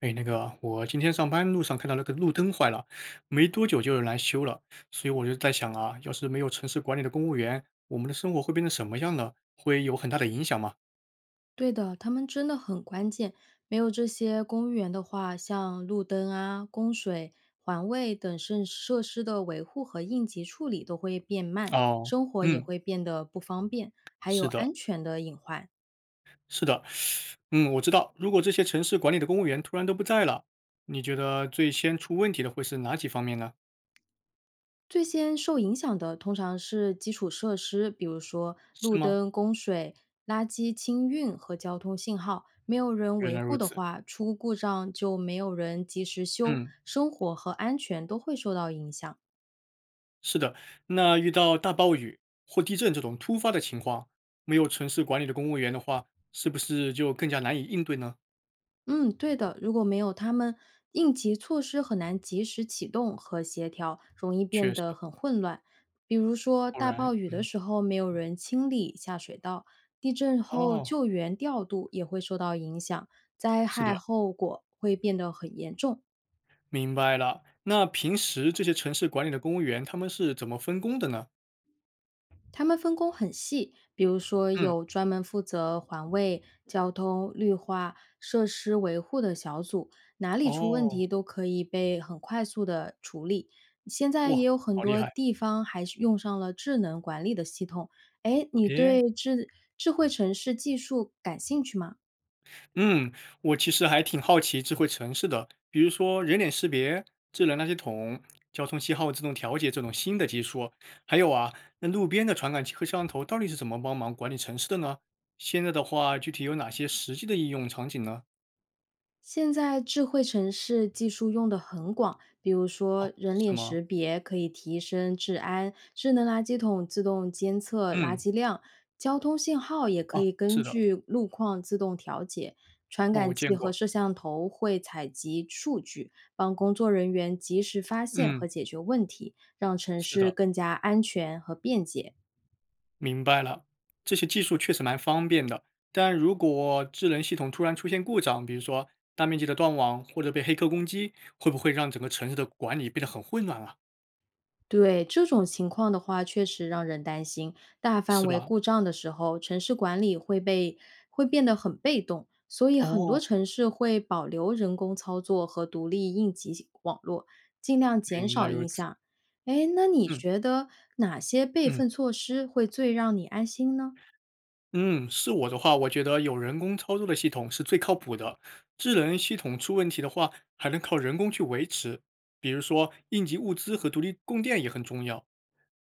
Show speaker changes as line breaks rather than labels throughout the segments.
哎，那个，我今天上班路上看到那个路灯坏了，没多久就有人来修了，所以我就在想啊，要是没有城市管理的公务员，我们的生活会变成什么样呢？会有很大的影响吗？
对的，他们真的很关键。没有这些公务员的话，像路灯啊、供水、环卫等设施的维护和应急处理都会变慢，
哦，
生活也
嗯，
会变得不方便，还有
是的，
安全的隐患。
是的，嗯，我知道，如果这些城市管理的公务员突然都不在了，你觉得最先出问题的会是哪几方面呢？
最先受影响的通常是基础设施，比如说
是
路
吗？
灯、供水、垃圾清运和交通信号。没有人
原
维
来如
护的
此，
话，出故障就没有人及时修，
嗯。
生活和安全都会受到影响。
是的，那遇到大暴雨或地震这种突发的情况，没有城市管理的公务员的话，是不是就更加难以应对呢？
嗯，对的。如果没有他们，应急措施很难及时启动和协调，容易变
确实，
得很混乱。比如说，
果
大
然，
暴雨的
嗯，
时候没有人清理下水道，地震后
哦，
救援调度也会受到影响，灾
是
害
的，
后果会变得很严重。
明白了。那平时这些城市管理的公务员，他们是怎么分工的呢？
他们分工很细，比如说
嗯，
有专门负责环卫、交通、绿化、设施维护的小组，哪里出问
哦，
题都可以被很快速的处理。现在也
哇，
有很
好厉
多
害，
地方还是用上了智能管理的系统。哎，你
诶。
对智慧城市技术感兴趣吗？
嗯，我其实还挺好奇智慧城市的，比如说人脸识别、智能垃圾桶、交通信号自动调节这种新的技术，还有啊，那路边的传感器和摄像头到底是怎么帮忙管理城市的呢？现在的话，具体有哪些实际的应用场景呢？
现在智慧城市技术用的很广，比如
哦，
说人
是
脸
吗？
识别可以提升治安，智能垃圾桶自动监测垃
嗯，
圾量，交通信号也可
哦，
以根
是的，
据路况自动调节，传
哦，我
感
见
器和
过，
摄像头会采集数据，帮工作人员及时发现
嗯，
和解决问题，让城
是
市
的。
更加安全和便捷。
明白了，这些技术确实蛮方便的，但如果智能系统突然出现故障，比如说大面积的断网或者被黑客攻击，会不会让整个城市的管理变得很混乱啊？
对，这种情况的话，确实让人担心。大范
是
围
吧？
故障的时候，城市管理会被会变得很被动，所以很多
哦，
城市会保留人工操作和独立应急网络，尽量减
原来
少
如
影
此。
响。哎，那你
嗯，
觉得哪些备
嗯，
份措施会最让你安心呢？
嗯，是我的话，我觉得有人工操作的系统是最靠谱的。智能系统出问题的话，还能靠人工去维持，比如说应急物资和独立供电也很重要。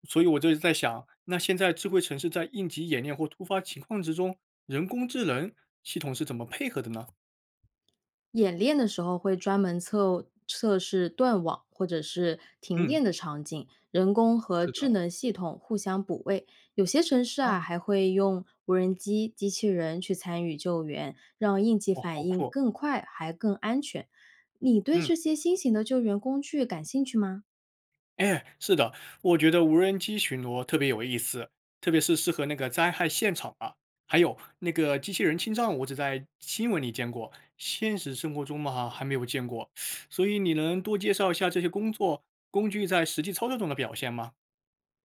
所以我就是在想，那现在智慧城市在应急演练或突发情况之中，人工智能系统是怎么配合的呢？
演练的时候会专门测试断网或者是停
嗯，
电的场景，人工和
是
智
的，
能系统互相补位。有些城市啊
啊，
还会用无人机、机器人去参与救援，让应急
哇，好
反应
酷，
更快还更安全。你对
嗯，
这些新型的救援工具感兴趣吗？
哎，是的，我觉得无人机巡逻特别有意思，特别是适合那个灾害现场啊。还有那个机器人清障，我只在新闻里见过，现实生活中嘛还没有见过。所以你能多介绍一下这些工具在实际操作中的表现吗？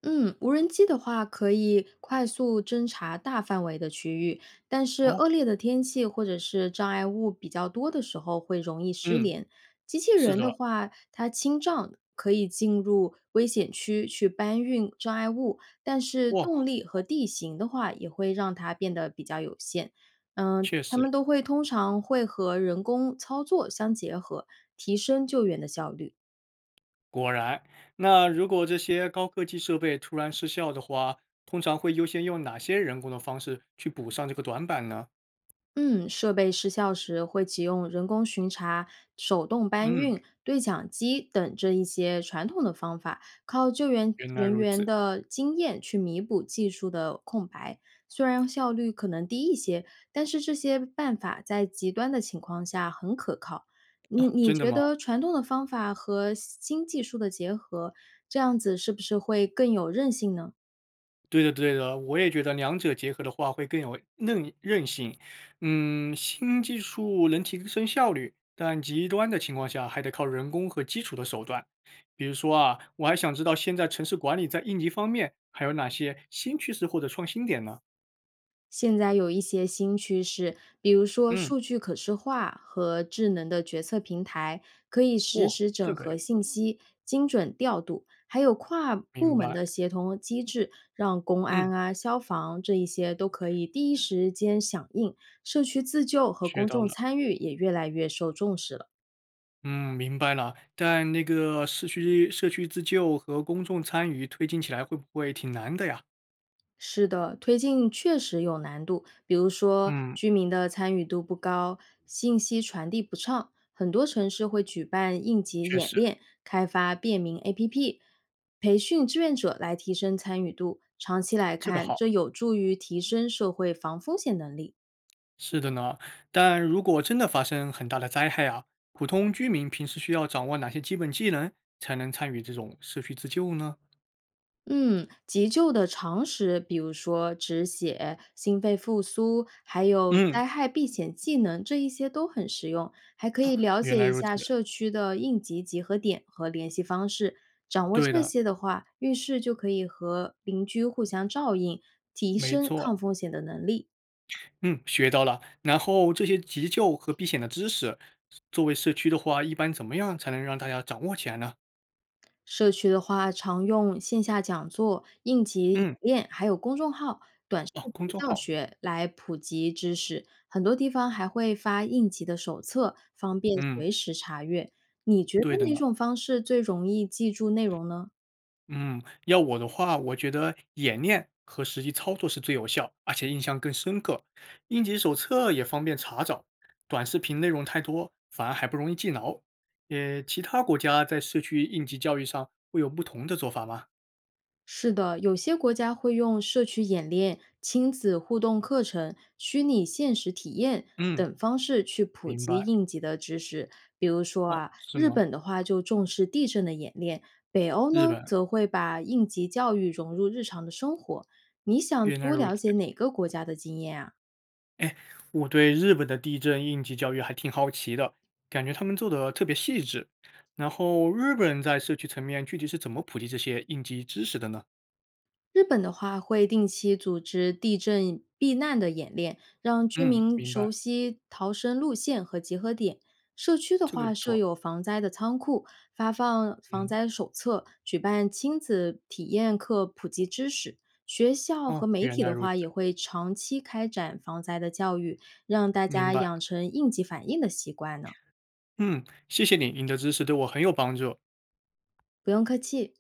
嗯，无人机的话可以快速侦查大范围的区域，但是
哦，
恶劣的天气或者是障碍物比较多的时候会容易失
嗯，
联。机器
是
人
的，
的话，它清障可以进入危险区去搬运障碍物，但是
哇，
动力和地形的话也会让它变得比较有限。嗯，
确
他
实。
们都会通常会和人工操作相结合，提升救援的效率。
果然，那如果这些高科技设备突然失效的话，通常会优先用哪些人工的方式去补上这个短板呢？
嗯，设备失效时会启用人工巡查、手动搬
嗯，
运、对讲机等这一些传统的方法，靠救援
原来
人
如
员
此
的经验去弥补技术的空白。虽然效率可能低一些，但是这些办法在极端的情况下很可靠。你
啊，
你
真的
觉
吗？
得传统的方法和新技术的结合，这样子是不是会更有韧性呢？
对的，对的，我也觉得两者结合的话会更有韧性。嗯，新技术能提升效率，但极端的情况下还得靠人工和基础的手段。比如说啊，我还想知道现在城市管理在应急方面还有哪些新趋势或者创新点呢？
现在有一些新趋势，比如说
嗯，
数据可视化和智能的决策平台，可以实
哦，
时
这
整
个
合信息、精准调度，还有跨部
明
门
白。
的协同机制，让公
嗯，
安啊、消防这一些都可以第一时间响应。社区自救和
学
公
到
众
了，
参与也越来越受重视了。
嗯，明白了。但那个社区自救和公众参与推进起来会不会挺难的呀？
是的，推进确实有难度，比如说
嗯，
居民的参与度不高，信息传递不畅，很多城市会举办应急
确
演
实，
练，开发便民 APP，培训志愿者来提升参与度。长期来
这个
看，
好，
这有助于提升社会防风险能力。
是的呢。但如果真的发生很大的灾害啊，普通居民平时需要掌握哪些基本技能才能参与这种社区自救呢？
嗯，急救的常识，比如说止血、心肺复苏，还有
嗯，
灾害避险技能，这一些都很实用。还可以了
原
解
来
一
如此，
下社区的应急集合点和联系方式。掌握
对
这
的，
些的话，浴室就可以和邻居互相照应，提
没
升
错。
抗风险的能力。
嗯，学到了。然后这些急救和避险的知识，作为社区的话，一般怎么样才能让大家掌握起来呢？
社区的话，常用线下讲座、应急演
嗯。
练，还有公众号、短视
哦，
频
公众
教
号，
学来普及知识。很多地方还会发应急的手册，方便
嗯，
随时查阅。你觉
对
得
的
哪
呢。
种方式最容易记住内容呢？
嗯，要我的话，我觉得演练和实际操作是最有效，而且印象更深刻。应急手册也方便查找，短视频内容太多，反而还不容易记牢。也，其他国家在社区应急教育上会有不同的做法吗？
是的，有些国家会用社区演练、亲子互动课程、虚拟现实体验
嗯，
等方式去普
明
及
白。
应急的知识。比如说
哦，
啊，
是
日
吗？
本的话就重视地震的演练，北欧
日
呢
本，
则会把应急教育融入日常的生活。你想
原来
多
如此。
了解哪个国家的经验啊？
哎，我对日本的地震应急教育还挺好奇的，感觉他们做的特别细致。然后日本人在社区层面具体是怎么普及这些应急知识的呢？
日本的话会定期组织地震避难的演练，让居
嗯，
民
明
熟
白，
悉逃生路线和集合点。社区的
这个不
话设
错。
有防灾的仓库，发放防
嗯，
灾手册，举办亲子体验课，普及知识。学校
哦，
和媒
原
体
来
的
如此，
话也会长期开展防灾的教育，让大
明
家
白。
养成应急反应的习惯呢。
嗯，谢谢你，你的知识对我很有帮助。
不用客气。